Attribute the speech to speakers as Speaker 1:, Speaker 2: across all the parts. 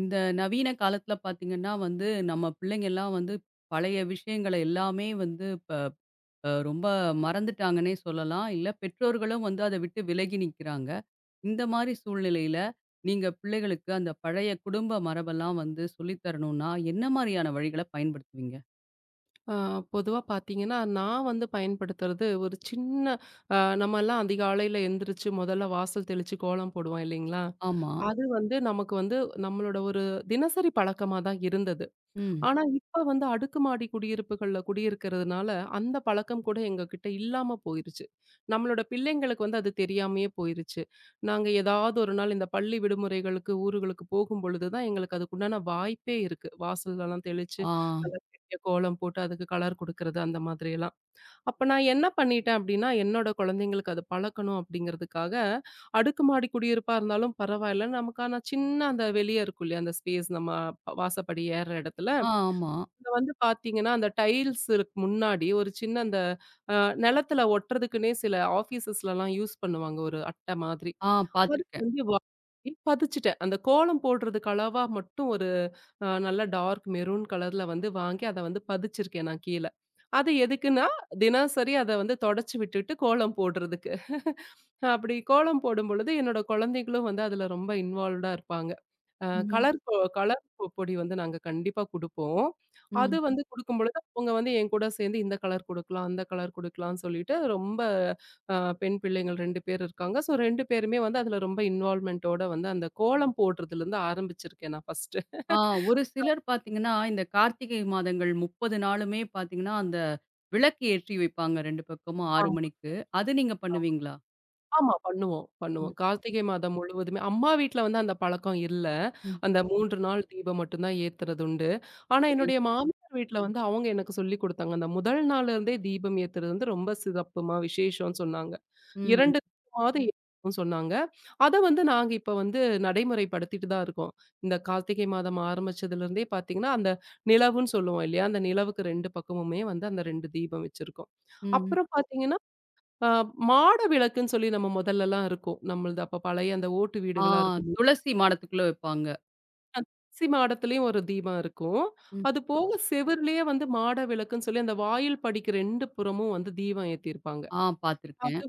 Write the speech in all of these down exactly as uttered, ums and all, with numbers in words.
Speaker 1: இந்த நவீன காலத்துல பார்த்தீங்கன்னா வந்து, நம்ம பிள்ளைங்கலாம் வந்து பழைய விஷயங்கள எல்லாமே வந்து இப்ப அ ரொம்ப மறந்துட்டாங்கன்னே சொல்லலாம். இல்ல பெற்றோர்களும் வந்து அத விட்டு விலகி நிக்கிறாங்க. இந்த மாரி சூழ்நிலையில, நீங்க பிள்ளைகளுக்கு அந்த பழைய குடும்ப மரபெல்லாம் வந்து சொல்லி தரணும்னா, என்ன மாரியான வழிகள பயன்படுத்துவீங்க?
Speaker 2: பொதுவாக பார்த்தீங்கன்னா, நான் வந்து பயன்படுத்துறது ஒரு சின்ன அ நம்மலாம் அதிகாலையில எந்திரிச்சு முதல்ல வாசல் தெளிச்சு கோலம் போடுவோம் இல்லைங்களா?
Speaker 1: ஆமா.
Speaker 2: அது வந்து நமக்கு வந்து நம்மளோட ஒரு தினசரி பழக்கமா தான் இருந்தது.
Speaker 1: ம்.
Speaker 2: ஆனா, இப்ப வந்து அடுக்குமாடி குடியிருப்புகள்ல குடியிருக்கிறதுனால, அந்த பழக்கம் கூட எங்ககிட்ட இல்லாம போயிருச்சு. நம்மளோட பிள்ளைங்களுக்கு வந்து அது தெரியாமயே போயிருச்சு. நாங்க ஏதாவது ஒரு நாள் இந்த பள்ளி விடுமுறைகளுக்கு, ஊர்களுக்கு போகும்பொழுது தான் எங்களுக்கு அதுக்குண்டான வாய்ப்பே இருக்கு. வாசல்லலாம் தெளிச்சு,
Speaker 1: ஆ.
Speaker 2: நல்லா பெரிய கோலம் போட்டு அதுக்கு கலர் குடுக்கறது அந்த மாதிரியெல்லாம். அப்ப நான் என்ன பண்ணிட்டேன் அப்டின்னா, என்னோட குழந்தைங்களுக்கு அது பழக்கணும் அப்டிங்கிறதுக்காக, அடுக்குமாடி குடியிருப்பா இருந்தாலும் பரவாயில்ல, நமக்கான சின்ன அந்த வெளிய இருக்கும் இல்லையா? அந்த ஸ்பேஸ் நம்ம ப- வாசப்படி ஏறுற இடத்துல,
Speaker 1: ஆ, ஆமா.
Speaker 2: இதுல வந்து பார்த்தீங்கன்னா, அந்த டைல்ஸுக்கு முன்னாடி ஒரு சின்ன அந்த அ நெலத்துல ஒட்டுறதுக்குன்னே சில ஆஃபீஸஸ்லலாம் யூஸ் பண்ணுவாங்க. ஒரு அட்டை மாதிரி.
Speaker 1: ஆ,
Speaker 2: அதுக்கு
Speaker 1: பார்த்துருக்கேன்.
Speaker 2: வந்து வாங்கி பதிச்சுட்டேன். அந்த கோலம் போடுறதுக்கு அளவா மட்டும் ஒரு அ நல்ல டார்க் மெரூன் கலர்ல வந்து வாங்கி அத வந்து பதிச்சிருக்கேன் நான் கீழ. அது எதுக்குன்னா, தினசரி அத வந்து தொடச்சு விட்டுட்டு கோலம் போடுறதுக்கு. அப்படி கோலம் போடும்பொழுது, என்னோட குழந்தைகளும் வந்து அதுல ரொம்ப இன்வால்வ்டா இருப்பாங்க. அ
Speaker 1: ம்.
Speaker 2: கலர் பொ கலர் பொ பொடி வந்து நாங்க கண்டிப்பா குடுப்போம். அது
Speaker 1: ம்.
Speaker 2: வந்து குடுக்கும்பொழுது, அவங்க வந்து என் கூட சேர்ந்து இந்த கலர் குடுக்கலாம், அந்த கலர் குடுக்கலாம்ன்னு சொல்லிட்டு ரொம்ப அ பெண் பிள்ளைங்கள் ரெண்டு பேர் இருக்காங்க. ஸோ ரெண்டு பேருமே வந்து அதுல ரொம்ப இன்வால்வ்மென்ட்டோட வந்து அந்த கோலம் போடுறதுலருந்து ஆரம்பிச்சிருக்கேன் நான் ஃபர்ஸ்ட்டு.
Speaker 1: ஆ, ஒரு சிலர் பார்த்தீங்கன்னா, இந்த கார்த்திகை மாதங்கள் முப்பது நாளுமே பார்த்தீங்கன்னா, அந்த விளக்கு ஏற்றி வைப்பாங்க ரெண்டு பக்கமும் ஆறு மணிக்கு. அது நீங்க பண்ணுவீங்களா?
Speaker 2: ஆமா. பண்ணுவோம், பண்ணுவோம்.
Speaker 1: ம்,
Speaker 2: கார்த்திகை மாதம் முழுவதுமே அம்மா வீட்ல வந்து அந்த பழக்கம் இல்ல.
Speaker 1: ம்.
Speaker 2: அந்த மூன்று நாள் தீபம் மட்டும் தான் ஏத்துறது உண்டு. ஆனா
Speaker 1: சரி.
Speaker 2: என்னுடைய மாமியார் வீட்ல வந்து அவங்க எனக்கு சொல்லிக் குடுத்தாங்க. அந்த முதல் நாள்ல இருந்தே தீபம் ஏத்துறது வந்து ரொம்ப சிறப்புமா, விசேஷம்னு சொன்னாங்க.
Speaker 1: ம்,
Speaker 2: இரண்டு தீபமாவது ஏத்தணும்னு சொன்னாங்க. அத வந்து நாங்க இப்ப வந்து நடைமுறைப்படுத்திட்டு தான் இருக்கோம். இந்த கார்த்திகை மாதம் ஆரம்பிச்சதுலருந்தே பார்த்தீங்கன்னா, அந்த நிலவுன்னு சொல்லுவோம் இல்லையா? அந்த நிலவுக்கு ரெண்டு பக்கமுமே வந்து அந்த ரெண்டு தீபம் வச்சிருக்கோம்.
Speaker 1: ம்.
Speaker 2: அப்புறம் பார்த்தீங்கன்னா ஆ மாட விளக்குன்னு சொல்லி நம்ம முதல்லலாம் இருக்கும். நம்மளது அப்ப பழைய அந்த ஓட்டு
Speaker 1: ஆ,
Speaker 2: வீடுகளா இருக்கும்போது,
Speaker 1: துளசி மாடத்துக்குள்ள வைப்பாங்க.
Speaker 2: அரிசி மாடத்துலயும் ஒரு தீபம் இருக்கும்.
Speaker 1: ம்.
Speaker 2: அதுபோக செவுருலயே வந்து மாட விளக்குன்னு சொல்லி அந்த வாயில் படிக்கு ரெண்டு புறமும் வந்து தீபம் ஏத்தியிருப்பாங்க.
Speaker 1: ஆ,
Speaker 2: அது
Speaker 1: பார்த்துருக்கேன்.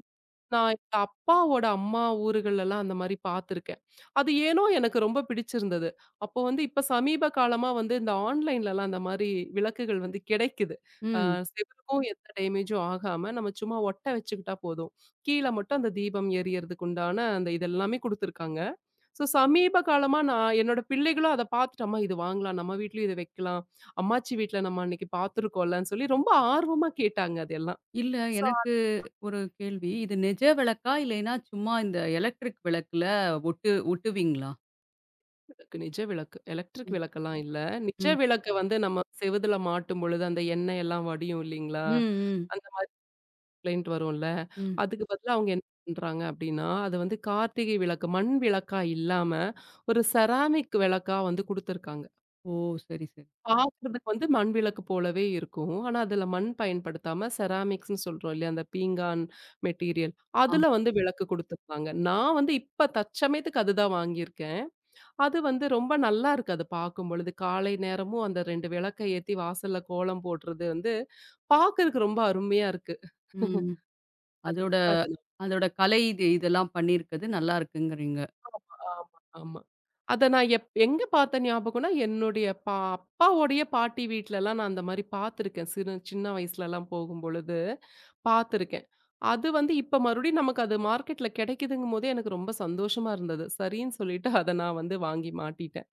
Speaker 2: நான் எங்க அப்பாவோட அம்மா ஊர்கள்லலாம் அந்த மாரி பார்த்துருக்கேன். அது ஏனோ எனக்கு ரொம்ப பிடிச்சிருந்தது. அப்போ வந்து இப்ப சமீப காலமா வந்து இந்த ஆன்லைன்லலாம் அந்த மாரி விளக்குகள் வந்து கிடைக்குது. அ
Speaker 1: ம்.
Speaker 2: செவுருக்கும் எந்த டேமேஜும் ஆகாம நம்ம சும்மா ஒட்ட வச்சுக்கிட்டா போதும். கீழ மட்டும் அந்த தீபம் எரியறதுக்கு உண்டான அந்த இதெல்லாமே குடுத்துருக்காங்க. ஸோ சமீப காலமா நான் என்னோட பிள்ளைகளும் அத பார்த்துட்டு, "அம்மா இது வாங்கலாம். நம்ம வீட்லயும் இது வைக்கலாம். அம்மாச்சி வீட்ல நம்ம அன்னைக்கு பார்த்துருக்கோம்லன்னு" சொல்லி ரொம்ப ஆர்வமா கேட்டாங்க அதெல்லாம்.
Speaker 1: இல்ல
Speaker 2: ஸோ
Speaker 1: எனக்கு ஒரு கேள்வி. இது நிஜ விளக்கா? இல்லைன்னா சும்மா இந்த எலக்ட்ரிக் விளக்குல ஒட்டு ஒட்டுவீங்களா?
Speaker 2: விளக்கு, நிஜ விளக்கு. எலக்ட்ரிக்
Speaker 1: ம்,
Speaker 2: விளக்கெல்லாம் இல்ல. நிஜ
Speaker 1: ம்,
Speaker 2: விளக்க வந்து நம்ம செவுதுல மாட்டும் பொழுது, அந்த எண்ணெய் எல்லாம் வடியும் இல்லீங்களா?
Speaker 1: ம், ம்,
Speaker 2: அந்த கம்ப்ளைண்ட் வரும்ல.
Speaker 1: ம்.
Speaker 2: அதுக்கு பதிலா அவங்க என்ன பண்றாங்க அப்டின்னா, அது வந்து கார்த்திகை விளக்கு, மண் விளக்கா இல்லாம, ஒரு செராமிக் விளக்கா வந்து குடுத்துருக்காங்க.
Speaker 1: ஓ! சரி, சரி.
Speaker 2: பார்க்கறதுக்கு வந்து மண் விளக்கு போலவே இருக்கும். ஆனா, அதுல மண் பயன்படுத்தாம செராமிக்ஸ்ன்னு சொல்றோம் இல்லையா? அந்த பீங்கான் மெட்டீரியல்.
Speaker 1: ஆ.
Speaker 2: அதுல வந்து விளக்கு குடுத்துருக்காங்க. நான் வந்து இப்ப தற்சமயத்துக்கு அதுதான் வாங்கியிருக்கேன். அது வந்து ரொம்ப நல்லா இருக்கு அது பார்க்கும்பொழுது. காலை நேரமும் அந்த ரெண்டு விளக்க ஏத்தி வாசல்ல கோலம் போடுறது வந்து பார்க்கறக்கு ரொம்ப அருமையா இருக்கு.
Speaker 1: ம். அதோட
Speaker 2: அது நம்ம-
Speaker 1: அதோட கலை இது இதெல்லாம் பண்ணியிருக்கிறது நல்லா இருக்குங்கிறீங்க.
Speaker 2: ஆமா, ஆமா. அத நான் எப் எங்க பார்த்த ஞாபகம்னா, என்னுடைய பா அப்பாவோடைய பாட்டி வீட்லலாம் நான் அந்த மாரி பார்த்துருக்கேன். சிறு சின்ன வயசுலலாம் போகும்பொழுது பார்த்துருக்கேன். அது வந்து இப்ப மறுபடியும் நமக்கு அது மார்க்கெட்ல கிடைக்குதுங்கும்போதே எனக்கு ரொம்ப சந்தோஷமா இருந்தது. சரின்னு சொல்லிட்டு அத நான் வந்து வாங்கி மாட்டிட்டேன்.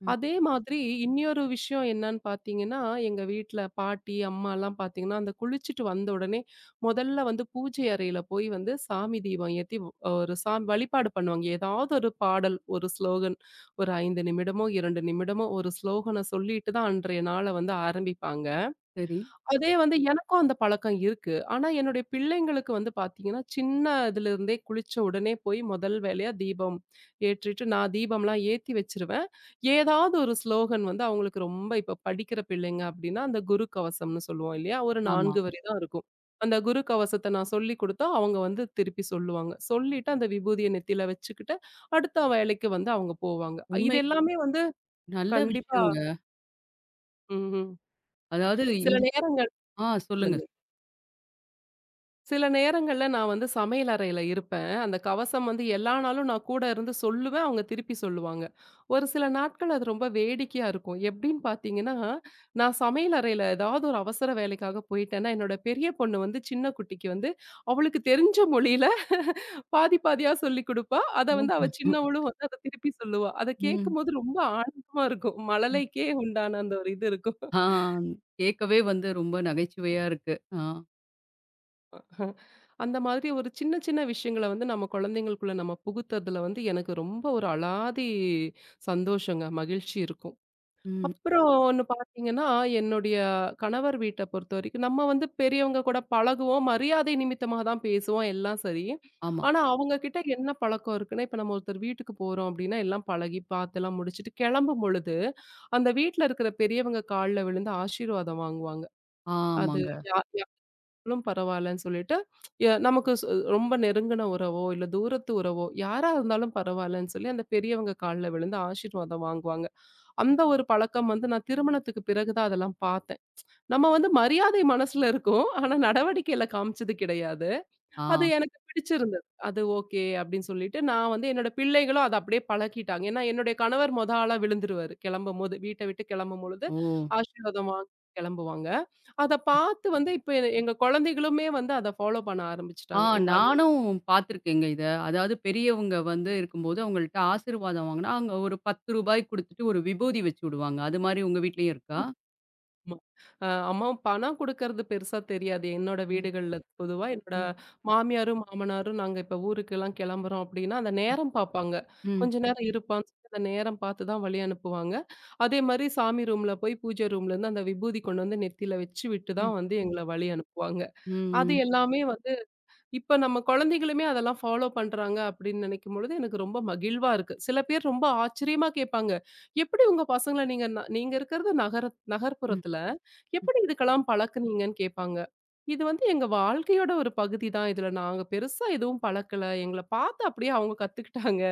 Speaker 1: ம்.
Speaker 2: அதே மாதிரி இன்னொரு விஷயம் என்னன்னு பார்த்தீங்கன்னா, எங்க வீட்ல பாட்டி, அம்மாலாம் பார்த்தீங்கன்னா, அந்த குளிச்சுட்டு வந்த உடனே முதல்ல வந்து பூஜை அறையில போய் வந்து சாமி தீபம் ஏத்தி ஒரு சா வழிபாடு பண்ணுவாங்க. ஏதாவது ஒரு பாடல், ஒரு ஸ்லோகன் ஒரு ஐந்து நிமிடமோ, இரண்டு நிமிடமோ ஒரு ஸ்லோகன சொல்லிட்டு தான் அன்றைய நாள வந்து ஆரம்பிப்பாங்க.
Speaker 1: சரி.
Speaker 2: அதே வந்து எனக்கும் அந்த பழக்கம் இருக்கு. ஆனா, என்னுடைய பிள்ளைங்களுக்கு வந்து பார்த்தீங்கன்னா, சின்ன இதுலருந்தே குளிச்ச உடனே போய் முதல் வேலையா தீபம் ஏற்றிட்டு, நான் தீபம்லாம் ஏத்தி வச்சுருவேன். ஏதாவது ஒரு ஸ்லோகன் வந்து அவங்களுக்கு ரொம்ப இப்ப படிக்கிற பிள்ளைங்க அப்டின்னா, அந்த குரு கவசம்னு சொல்லுவோம் இல்லையா? ஒரு
Speaker 1: ஆமா.
Speaker 2: நான்கு வரி தான் இருக்கும். அந்த குரு கவசத்த நான் சொல்லிக் குடுத்தா, அவங்க வந்து திருப்பி சொல்லுவாங்க. சொல்லிட்டு அந்த விபூதிய நெத்தியில வச்சுக்கிட்டு, அடுத்த வேலைக்கு வந்து அவங்க போவாங்க. இது
Speaker 1: உண்மை
Speaker 2: எல்லாமே வந்து
Speaker 1: நல்ல
Speaker 2: கண்டிப்பா.
Speaker 1: விஷயங்க.
Speaker 2: ம்ஹ்ம்.
Speaker 1: அதாவது
Speaker 2: சில
Speaker 1: இந்த.
Speaker 2: நேரங்கள்
Speaker 1: ஆ, சொல்லுங்க.
Speaker 2: சொல்லுங்க. சில நேரங்கள்ல நான் வந்து சமையல் அறையில இருப்பேன். அந்த கவசம் வந்து எல்லா நாளும் நான் கூட இருந்து சொல்லுவேன். அவங்க திருப்பி சொல்லுவாங்க. ஒரு சில நாட்கள் அது ரொம்ப வேடிக்கையா இருக்கும். எப்படின்னு பார்த்தீங்கன்னா, நான் சமையல் அறையில ஏதாவது ஒரு அவசர வேலைக்காக போயிட்டேன்னா, என்னோட பெரிய பொண்ணு வந்து சின்ன குட்டிக்கு வந்து அவளுக்கு தெரிஞ்ச மொழியில பாதி பாதியா சொல்லிக் குடுப்பா. அத வந்து அவ சின்னவளும் வந்து அத திருப்பி சொல்லுவா. அத
Speaker 1: ம்.
Speaker 2: கேட்கும்போது ரொம்ப ஆனந்தமா இருக்கும்.
Speaker 1: ம்.
Speaker 2: மழலைக்கே உண்டான அந்த ஒரு இது இருக்கும்.
Speaker 1: ஆ, கேட்கவே வந்து ரொம்ப நகைச்சுவையா இருக்கு. ஆ.
Speaker 2: அந்த மாதிரி ஒரு சின்ன சின்ன விஷயங்கள வந்து நம்ம குழந்தைங்களுக்குள்ள நம்ம புகுத்துறதுல வந்து எனக்கு ரொம்ப ஒரு அலாதி சந்தோஷங்க, மகிழ்ச்சி இருக்கும்.
Speaker 1: ம்.
Speaker 2: அப்புறம் ஒண்ணு பார்த்தீங்கன்னா, என்னுடைய கணவர் வீட்ட பொறுத்தவரைக்கும் நம்ம வந்து பெரியவங்க கூட பழகுவோம், மரியாதை நிமித்தமா தான் பேசுவோம், எல்லாம் சரி.
Speaker 1: ஆமா.
Speaker 2: ஆனா அவங்க கிட்ட என்ன பழக்கம் இருக்குன்னா, இப்ப நம்ம ஒருத்தர் வீட்டுக்கு போறோம் அப்படின்னா, எல்லாம் பழகி பாத்துலாம் முடிச்சுட்டு கிளம்பும் பொழுது, அந்த வீட்ல இருக்கிற பெரியவங்க கால்ல விழுந்து ஆசீர்வாதம் வாங்குவாங்க. அது
Speaker 1: ஆமாங்க.
Speaker 2: யா இருந்தாலும் பரவாயில்லன்னு சொல்லிட்டு, எ நமக்கு சு ரொம்ப நெருங்கின உறவோ, இல்ல தூரத்து உறவோ, யாரா இருந்தாலும் பரவாயில்லன்னு சொல்லி அந்த பெரியவங்க கால்ல விழுந்து ஆசீர்வாதம் வாங்குவாங்க. அந்த ஒரு பழக்கம் வந்து நான் திருமணத்துக்கு பிறகு தான் அதெல்லாம் பார்த்தேன். நம்ம வந்து மரியாதை மனசுல இருக்கும். ஆனா நடவடிக்கையில காமிச்சது கிடையாது. அது
Speaker 1: ஆ.
Speaker 2: எனக்கு பிடிச்சிருந்தது. அது ஓகே அப்டின்னு சொல்லிட்டு, நான் வந்து என்னோட பிள்ளைகளும் அத அப்படியே பழக்கிட்டாங்க. ஏன்னா, என்னுடைய கணவர் மொத ஆளா விழுந்துருவாரு. கெளம்பும்போது, வீட்ட விட்டு கெளம்பும்பொழுது
Speaker 1: ஓ!
Speaker 2: ஆசீர்வாதம் வாங்கி கெளம்புவாங்க. அத பார்த்து வந்து இப்ப எ எங்க குழந்தைகளுமே வந்து அத ஃபாலோ பண்ண
Speaker 1: ஆ,
Speaker 2: ஆரம்பிச்சுட்டாங்க. எங்க
Speaker 1: நானும் பார்த்துருக்கேங்க இத. அதாவது பெரியவங்க வந்து இருக்கும்போது அவங்கள்ட்ட ஆசீர்வாதம் வாங்குனா, அங்க ஒரு ரூ. பத்து குடுத்துட்டு ஒரு விபூதி வச்சு விடுவாங்க. அது மாரி உங்க வீட்லயும் இருக்கா?
Speaker 2: ஆமா. அ அம்மா பணம் குடுக்கறது பெருசா தெரியாது. என்னோட
Speaker 1: ம்.
Speaker 2: வீடுகள்ல பொதுவா என்னோட
Speaker 1: ம்.
Speaker 2: மாமியாரும், மாமனாரும் நாங்க இப்ப ஊருக்கெல்லாம் கிளம்புறோம் அப்படின்னா, அந்த நேரம் பாப்பாங்க.
Speaker 1: ம்.
Speaker 2: கொஞ்ச நேரம் இருப்பான்னு சொல்லி அந்த நேரம் பார்த்து தான் வழி அனுப்புவாங்க. அதே மாரி சாமி ரூம்ல போய் பூஜை ரூம்ல இருந்து அந்த விபூதி கொண்டு வந்து நெத்தியில வச்சு விட்டு
Speaker 1: ம்.
Speaker 2: தான் வந்து எங்கள வழி அனுப்புவாங்க. அது
Speaker 1: ம்.
Speaker 2: எல்லாமே வந்து இப்ப நம்ம குழந்தைகளுமே அதெல்லாம் ஃபாலோ பண்றாங்க அப்படின்னு நினைக்கும் பொழுது எனக்கு ரொம்ப மகிழ்வா இருக்கு. சில பேர் ரொம்ப ஆச்சரியமா கேட்பாங்க. எப்படி உங்க பசங்கள நீங்க ந நீங்க இருக்கிறது நகர
Speaker 1: ம்.
Speaker 2: நகர்ப்புறத்துல, எப்படி இதுக்கெல்லாம் பழக்குனீங்கன்னு கேட்பாங்க. இது வந்து எங்க வாழ்க்கையோட ஒரு பகுதி தான். இதுல நாங்க பெருசா எதுவும் பழக்கல. எங்கள பார்த்து அப்படியே அவங்க கத்துக்கிட்டாங்க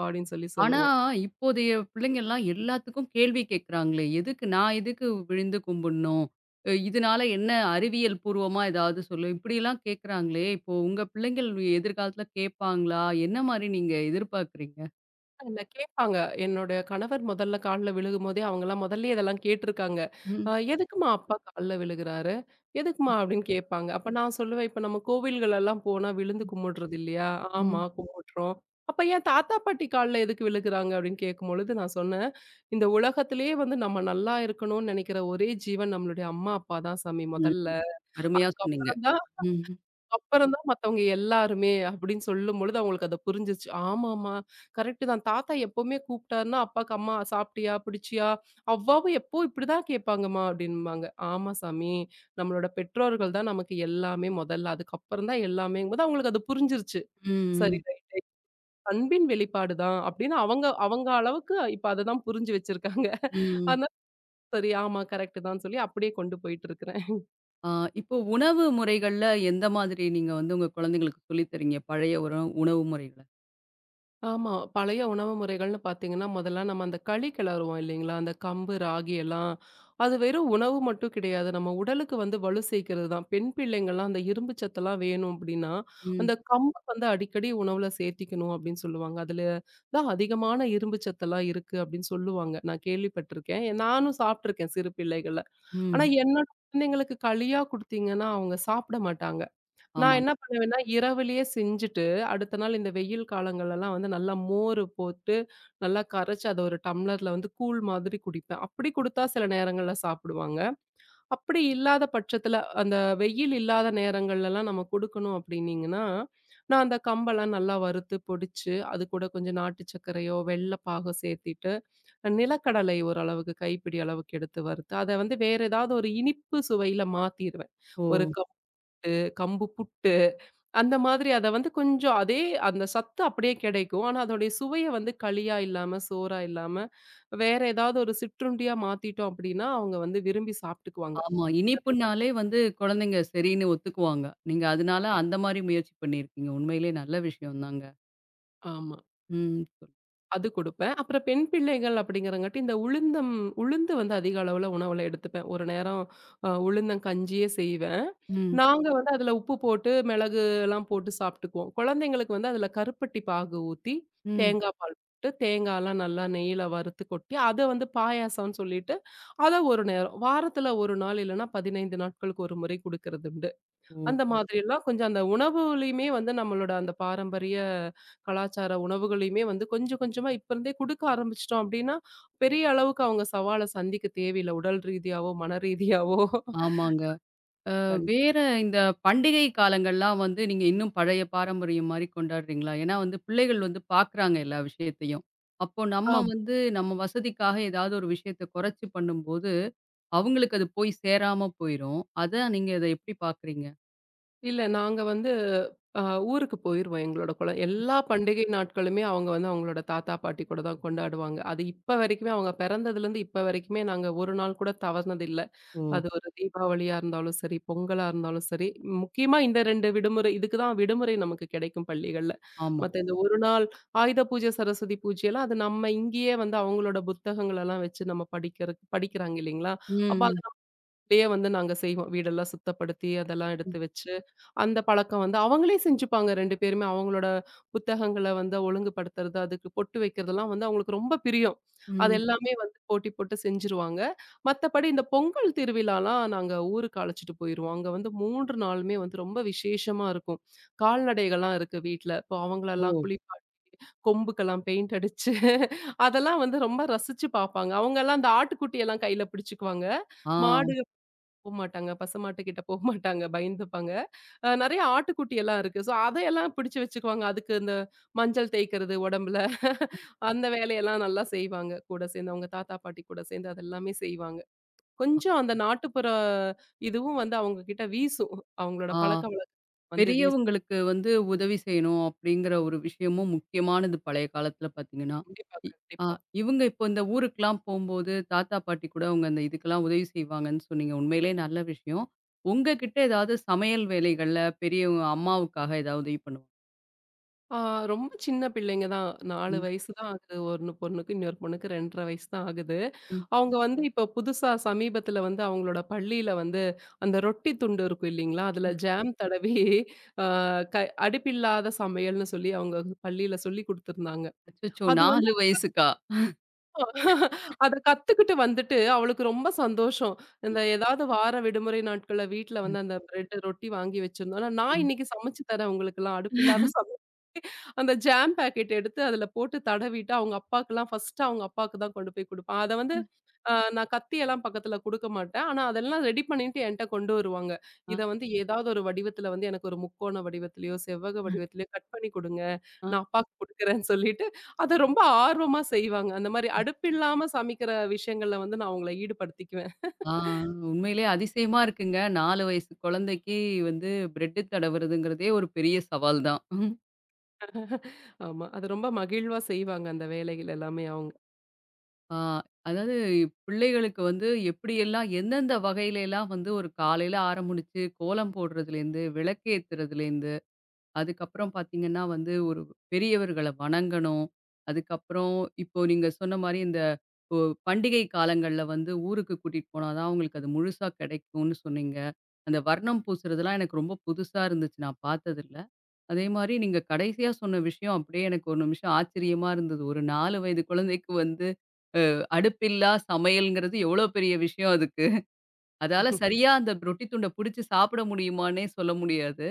Speaker 2: அப்படின்னு சொல்லி
Speaker 1: ஆனா,
Speaker 2: சொல்லுவோம்.
Speaker 1: இப்போதைய பிள்ளைங்கலாம் எல்லாத்துக்கும் கேள்வி கேட்குறாங்களே! எதுக்கு நான் எதுக்கு விழுந்து கும்பிடணும்? அ இதனால என்ன அறிவியல் பூர்வமா ஏதாவது சொல்லு. இப்படிலாம் கேட்குறாங்களே! இப்போ உங்க பிள்ளைங்கள் எதிர்காலத்துல கேட்பாங்களா? என்ன மாரி நீங்க எதிர்பார்க்குறீங்க?
Speaker 2: இல்ல கேட்பாங்க. என்னோட கணவர் முதல்ல கால்ல விழுகும்போதே அவங்கலாம் முதல்லயே இதெல்லாம் கேட்டுருக்காங்க. அ
Speaker 1: ம்,
Speaker 2: "எதுக்கும்மா அப்பா கால்ல விழுகுறாரு? எதுக்கும்மா?" அப்படின்னு கேட்பாங்க. அப்ப நான் சொல்லுவேன், "இப்ப நம்ம கோவில்களெல்லாம் போனா விழுந்து கும்பிடுறது இல்லையா? ஆமா
Speaker 1: ம்.
Speaker 2: கும்பிடுறோம். அப்ப ஏன் தாத்தா, பாட்டி கால்ல எதுக்கு விழுகுறாங்க?" அப்படின்னு கேட்கும்பொழுது நான் சொன்னேன், "இந்த உலகத்திலேயே வந்து நம்ம நல்லா இருக்கணும்னு நினைக்கிற ஒரே ஜீவன் நம்மளுடைய அம்மா, அப்பா தான் சாமி முதல்ல.
Speaker 1: ம். அருமையா சொன்னீங்க.
Speaker 2: அதுக்கப்புறம் தான்
Speaker 1: ம்,
Speaker 2: அப்புறம் தான் மத்தவங்க எல்லாருமே அப்படின்னு சொல்லும்பொழுது அவங்களுக்கு அது புரிஞ்சிச்சு. ஆமாமா, கரெக்ட் தான். தாத்தா எப்பவுமே கூப்பிட்டாருன்னா, அப்பாக்கு 'அம்மா சாப்பிட்டியா? பிடிச்சியா?' அவ்வாவும் எப்போ இப்படிதான் கேட்பாங்கம்மா அப்படின்பாங்க. ஆமா சாமி, நம்மளோட பெற்றோர்கள் தான் நமக்கு எல்லாமே முதல்ல. அதுக்கப்புறம் தான் எல்லாமேங்கும்போது அவங்களுக்கு அது புரிஞ்சிருச்சு. சரி,
Speaker 1: ம்,
Speaker 2: ரைட், அன்பின் வெளிப்பாடு தான் அப்படின்னு அவங்க அவங்க அளவுக்கு இப்ப அததான் புரிஞ்சு வச்சிருக்காங்க.
Speaker 1: ம்.
Speaker 2: அதனால சரி, ஆமா, கரெக்ட் தான் சொல்லி அப்படியே கொண்டு போயிட்டு இருக்கிறேன்.
Speaker 1: ஆ, இப்போ உணவு முறைகள்ல எந்த மாதிரி நீங்க வந்து உங்க குழந்தைங்களுக்கு சொல்லி தரீங்க? பழைய உற உணவு முறைகள?
Speaker 2: ஆமா. பழைய உணவு முறைகள்னு பார்த்தீங்கன்னா, முதல்ல நம்ம அந்த களி கிளறுவோம் இல்லைங்களா? அந்த கம்பு, ராகி எல்லாம். அது வெறும் உணவு மட்டும் கிடையாது. நம்ம உடலுக்கு வந்து வலு சேர்க்கிறது தான். பெண் பிள்ளைங்கலாம் அந்த இரும்பு சத்தெல்லாம் வேணும் அப்படின்னா,
Speaker 1: ம்.
Speaker 2: அந்த கம்பு வந்து அடிக்கடி உணவுல சேர்த்திக்கணும் அப்படின்னு சொல்லுவாங்க. அதில தான் அதிகமான இரும்பு சத்தெல்லாம் இருக்கு அப்படின்னு சொல்லுவாங்க. நான் கேள்விப்பட்டிருக்கேன். ஏ- நானும் சாப்பிட்டுருக்கேன் சிறு பிள்ளைகள்ல. ஆனா
Speaker 1: ம்.
Speaker 2: என்னோட குழந்தைங்களுக்கு களியா குடுத்தீங்கன்னா, அவங்க சாப்பிட மாட்டாங்க. நான்
Speaker 1: ஆமாம்.
Speaker 2: என்ன பண்ணுவேன்னா, இரவிலேயே செஞ்சுட்டு, அடுத்த நாள் இந்த வெயில் காலங்கள்லலாம் வந்து நல்லா மோர் போட்டு, நல்லா கரைச்சு அத ஒரு டம்ளர்ல வந்து கூழ் மாதிரி குடிப்பேன். அப்படி குடுத்தா சில நேரங்கள்ல சாப்பிடுவாங்க. அப்படி இல்லாத பட்சத்துல, அந்த வெயில் இல்லாத நேரங்கள்லலாம் நம்ம குடுக்கணும் அப்படின்னீங்கன்னா, நான் அந்த கம்பெல்லாம் நல்லா வறுத்து, பொடிச்சு, அது கூட கொஞ்சம் நாட்டு சர்க்கரையோ, வெல்ல பாகோ சேர்த்திட்டு, நிலக்கடலை ஓரளவுக்கு கைப்பிடி அளவுக்கு எடுத்து வறுத்து, அத வந்து வேற ஏதாவது ஒரு இனிப்பு சுவையில மாத்திருவேன்.
Speaker 1: ஓ!
Speaker 2: ஒரு கம்பு கம்பு புட்டு அந்த மாதிரி அத வந்து கொஞ்சம் அதே அந்த சத்து அப்படியே கிடைக்கும். ஆனா, அதோடைய சுவைய வந்து களியா இல்லாம, சோறா இல்லாம, வேற ஏதாவது ஒரு சிற்றுண்டியா மாத்திட்டோம் அப்படின்னா, அவங்க வந்து விரும்பி சாப்பிட்டுக்குவாங்க.
Speaker 1: ஆமா. இனிப்புனாலே வந்து குழந்தைங்க சரின்னு ஒத்துக்குவாங்க. நீங்க அதனால அந்த மாரி முயற்சி பண்ணியிருக்கீங்க. உண்மையிலே நல்ல விஷயம் தாங்க.
Speaker 2: ஆமா.
Speaker 1: ம். சொல்
Speaker 2: அது குடுப்பேன். அப்புறம் பெண் பிள்ளைகள் அப்படிங்கிறங்காட்டி, இந்த உளுந்தம் உளுந்து வந்து அதிக அளவுல உணவுல எடுத்துப்பேன். ஒரு நேரம் அ உளுந்தங்கஞ்சியே செய்வேன்.
Speaker 1: ம்.
Speaker 2: நாங்க வந்து அதில உப்பு போட்டு, மிளகுலாம் போட்டு சாப்பிட்டுக்குவோம். குழந்தைங்களுக்கு வந்து அதில கருப்பட்டி பாகு ஊத்தி,
Speaker 1: ம்.
Speaker 2: தேங்காய் பால் போட்டு, தேங்காய்லாம் நல்லா நெய்யில வறுத்து கொட்டி, அத வந்து பாயாசம்னு சொல்லிட்டு, அத ஒரு நேரம் வாரத்தில ஒரு நாள் இல்லன்னா பதினைந்து நாட்களுக்கு ஒரு முறை குடுக்கறது
Speaker 1: ஓ!
Speaker 2: அந்த மாதிரி எல்லாம் கொஞ்சம் அந்த உணவுலயுமே வந்து நம்மளோட அந்த பாரம்பரிய கலாச்சார உணவுகளையுமே வந்து கொஞ்சம் கொஞ்சமா இப்ப இருந்தே கொடுக்க ஆரம்பிச்சிட்டோம் அப்படின்னா பெரிய அளவுக்கு அவங்க சவாலை சந்திக்க தேவையில்ல உடல் ரீதியாவோ மன ரீதியாவோ.
Speaker 1: ஆமாங்க. அ
Speaker 2: கண்டிப்பா.
Speaker 1: வேற இந்த பண்டிகை காலங்கள்லாம் வந்து நீங்க இன்னும் பழைய பாரம்பரியம் மாரி கொண்டாடுறீங்களா? ஏன்னா வந்து பிள்ளைகள் வந்து பார்க்குறாங்க எல்லா விஷயத்தையும். அப்போ நம்ம
Speaker 2: ஆமா.
Speaker 1: வந்து நம்ம வசதிக்காக ஏதாவது ஒரு விஷயத்த குறைச்சு பண்ணும்போது, அவங்களுக்கு அது போய் சேராம போயிரும். அத நீங்க அத எப்படி பார்க்குறீங்க?
Speaker 2: இல்ல நாங்க வந்து அஹ், ஊருக்கு போயிருவோம். எங்களோட குழ எல்லா பண்டிகை நாட்களுமே அவங்க வந்து அவங்களோட தாத்தா பாட்டி கூட தான் கொண்டாடுவாங்க. அது இப்ப வரைக்குமே அவங்க பிறந்ததுல இருந்து இப்ப வரைக்குமே நாங்க ஒரு நாள் கூட தவறுனது.
Speaker 1: ஓ!
Speaker 2: அது ஒரு தீபாவளியா இருந்தாலும் சரி, பொங்கலா இருந்தாலும் சரி, முக்கியமா இந்த ரெண்டு விடுமுறை இதுக்கு தான் விடுமுறை நமக்கு கிடைக்கும் பள்ளிகள்ல.
Speaker 1: ஆமா.
Speaker 2: மத்த இந்த ஒரு நாள் ஆயுத பூஜை, சரஸ்வதி பூஜைலாம் அது நம்ம இங்கேயே வந்து அவங்களோட புத்தகங்களெல்லாம் வச்சு நம்ம படிக்கிறக்கு படிக்கிறாங்க இல்லைங்களா? அப்ப
Speaker 1: ம்.
Speaker 2: அப்படியே வந்து நாங்க செய்வோம். வீடெல்லாம் சுத்தப்படுத்தி, அதெல்லாம்
Speaker 1: ம்.
Speaker 2: எடுத்து வச்சு, அந்த பழக்கம் வந்து அவங்களே செஞ்சுப்பாங்க ரெண்டு பேருமே. அவங்களோட புத்தகங்கள வந்து ஒழுங்குபடுத்துறது, அதுக்கு பொட்டு வைக்கிறதெல்லாம் வந்து அவங்களுக்கு ரொம்ப பிரியம். அது
Speaker 1: ம்.
Speaker 2: எல்லாமே வந்து போட்டி போட்டு செஞ்சுருவாங்க. மத்தபடி இந்த பொங்கல் திருவிழாலாம் நாங்க ஊருக்கு அழைச்சிட்டு போயிருவோம். அங்க வந்து மூன்று நாளுமே வந்து ரொம்ப விசேஷமா இருக்கும். கால்நடைகள்லாம் இருக்கு வீட்ல. இப்போ அவங்களெல்லாம்
Speaker 1: ஓ!
Speaker 2: குளிப்பாட்டி, கொம்புக்கெல்லாம் பெயிண்ட் அடிச்சு, அதெல்லாம் வந்து ரொம்ப ரசிச்சு பார்ப்பாங்க. அவங்கலாம் அந்த ஆட்டுக்குட்டியெல்லாம் கையில பிடிச்சுக்குவாங்க.
Speaker 1: ஆ.
Speaker 2: மாடு போமாட்டாங்க. பசுமாட்டுக்கிட்ட போமாட்டாங்க. பயந்துப்பாங்க. அ நெறைய ஆட்டுக்குட்டி எல்லாம் இருக்கு. ஸோ அதையெல்லாம் பிடிச்சு வச்சுக்குவாங்க. அதுக்கு இந்த மஞ்சள் தேய்க்கிறது உடம்புல, அந்த வேலையெல்லாம் நல்லா செய்வாங்க. கூட சேர்ந்து அவங்க தாத்தா, பாட்டி கூட சேர்ந்து அதெல்லாமே செய்வாங்க. கொஞ்சம் அந்த நாட்டுப்புற இதுவும் வந்து அவங்க கிட்ட வீசும். அவங்களோட
Speaker 1: ஆ,
Speaker 2: பழக்கவழக்கம் வந்து வீசும்.
Speaker 1: பெரியவங்களுக்கு வந்து உதவி செய்யணும் அப்படிங்கிற ஒரு விஷயமும் முக்கியமானது பழைய காலத்துல பாத்தீங்கன்னா.
Speaker 2: கண்டிப்பா,
Speaker 1: இ ஆ
Speaker 2: கண்டிப்பா.
Speaker 1: இவங்க இப்போ இந்த ஊருக்குலாம் போம்போது, தாத்தா, பாட்டி கூட அவங்க அந்த இதுக்கெல்லாம் உதவி செய்வாங்கன்னு சொன்னீங்க. உண்மையிலேயே நல்ல விஷயம். உங்ககிட்ட ஏதாவது சமையல் வேலைகள்ல பெரியவங்க அம்மாவுக்காக ஏதாவது உதவி பண்ணுவாங்க?
Speaker 2: ஆ, ரொம்ப சின்ன பிள்ளைங்க தான். நாலு
Speaker 1: ம்,
Speaker 2: வயசு தான் ஆகுது. ஒண்ணு பொண்ணுக்கு, இன்னொரு பொண்ணுக்கு ரெண்டு அரை வயசு தான் ஆகுது.
Speaker 1: ம்.
Speaker 2: அவங்க வந்து இப்போ புதுசா சமீபத்தில வந்து அவங்களோட பள்ளியில வந்து அந்த ரொட்டி துண்டு இருக்கும் இல்லைங்களா? அதில ஜாம் தடவி அ க அடுப்பில்லாத சமையல்னு சொல்லி அவங்க பள்ளியில சொல்லிக் குடுத்துருந்தாங்க.
Speaker 1: அச்சச்சோ!
Speaker 2: அது
Speaker 1: நாலு வயசுக்கா?
Speaker 2: அத கத்துக்கிட்டு வந்துட்டு அவளுக்கு ரொம்ப சந்தோஷம். இந்த
Speaker 1: ம்,
Speaker 2: ஏதாவது வார விடுமுறை நாட்கள்ல வீட்ல
Speaker 1: ம்,
Speaker 2: வந்து அந்த பிரெட், ரொட்டி வாங்கி வச்சிருந்தோம். ஆனா, நான்
Speaker 1: ம்.
Speaker 2: இன்னைக்கு சமைச்சு தரேன் உங்களுக்கெல்லாம். அடுப்பில்லாத சமையல். அந்த ஜாம் பாக்கெட் எடுத்து அதுல போட்டு தடவிட்டு, அவங்க அப்பாக்கெல்லாம் ஃபர்ஸ்ட்டு அவங்க அப்பாக்கு தான் கொண்டு போய் குடுப்பேன். அத வந்து ஆ நான் கத்தியெல்லாம் பக்கத்துல குடுக்க மாட்டேன். ஆனா, அதெல்லாம் ரெடி பண்ணிட்டு என்ட்ட கொண்டு வருவாங்க.
Speaker 1: ஆ,
Speaker 2: இத வந்து ஏதாவது ஒரு வடிவத்துல வந்து எனக்கு ஒரு முக்கோண வடிவத்திலயோ, செவ்வக வடிவத்திலயோ கட் பண்ணி குடுங்க.
Speaker 1: ஆ,
Speaker 2: நான் அப்பாக்கு குடுக்குறேன்னு சொல்லிட்டு, அத ரொம்ப ஆர்வமா செய்வாங்க. அந்த மாரி அடுப்பில்லாம சமைக்கிற விஷயங்கள்ல வந்து நான் அவங்கள ஈடுபடுத்திக்குவேன்.
Speaker 1: ஆ, உண்மையிலேயே அதிசயமா இருக்குங்க. நாலு வயசு குழந்தைக்கு வந்து பிரெட்டு தடவுறதுங்கிறதே ஒரு பெரிய சவால் தான்.
Speaker 2: ஆமா. அது ரொம்ப மகிழ்வா செய்வாங்க அந்த வேலைகள் எல்லாமே அவங்க.
Speaker 1: ஆ, அதாவது பிள்ளைகளுக்கு வந்து எப்படியெல்லாம் எந்தெந்த வகையிலலாம் வந்து ஒரு காலையில ஆரம்பிச்சு கோலம் போடுறதுலேருந்து, விளக்கேத்துறதுலேருந்து, அதுக்கப்புறம் பார்த்தீங்கன்னா வந்து ஒரு பெரியவர்கள வணங்கணும். அதுக்கப்புறம் இப்போ நீங்க சொன்ன மாரி இந்த ஒ பண்டிகை காலங்கள்ல வந்து ஊருக்கு கூட்டிட்டு போனா தான் அவங்களுக்கு அது முழுசா கிடைக்கும்னு சொன்னீங்க. அந்த வர்ணம் பூசுறதெல்லாம் எனக்கு ரொம்ப புதுசா இருந்துச்சு. நான் பார்த்ததில்ல. அதே மாரி நீங்க கடைசியா சொன்ன விஷயம் அப்படியே எனக்கு ஒரு நிமிஷம் ஆச்சரியமா இருந்தது. ஒரு நாலு வயது குழந்தைக்கு வந்து அடுப்பில்லா சமையல்ங்கிறது எவ்வளோ பெரிய விஷயம் அதுக்கு. அதால சரியா அந்த ரொட்டி துண்ட புடிச்சு சாப்பிட முடியுமான்னே சொல்ல முடியாது.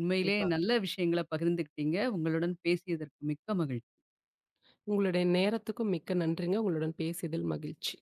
Speaker 1: உண்மையிலே
Speaker 2: கண்டிப்பா.
Speaker 1: நல்ல விஷயங்கள பகிர்ந்துக்கிட்டீங்க. உங்களுடன் பேசியதற்கு மிக்க மகிழ்ச்சி.
Speaker 2: உங்களுடைய நேரத்துக்கும் மிக்க நன்றிங்க. உங்களுடன் பேசியதில் மகிழ்ச்சி.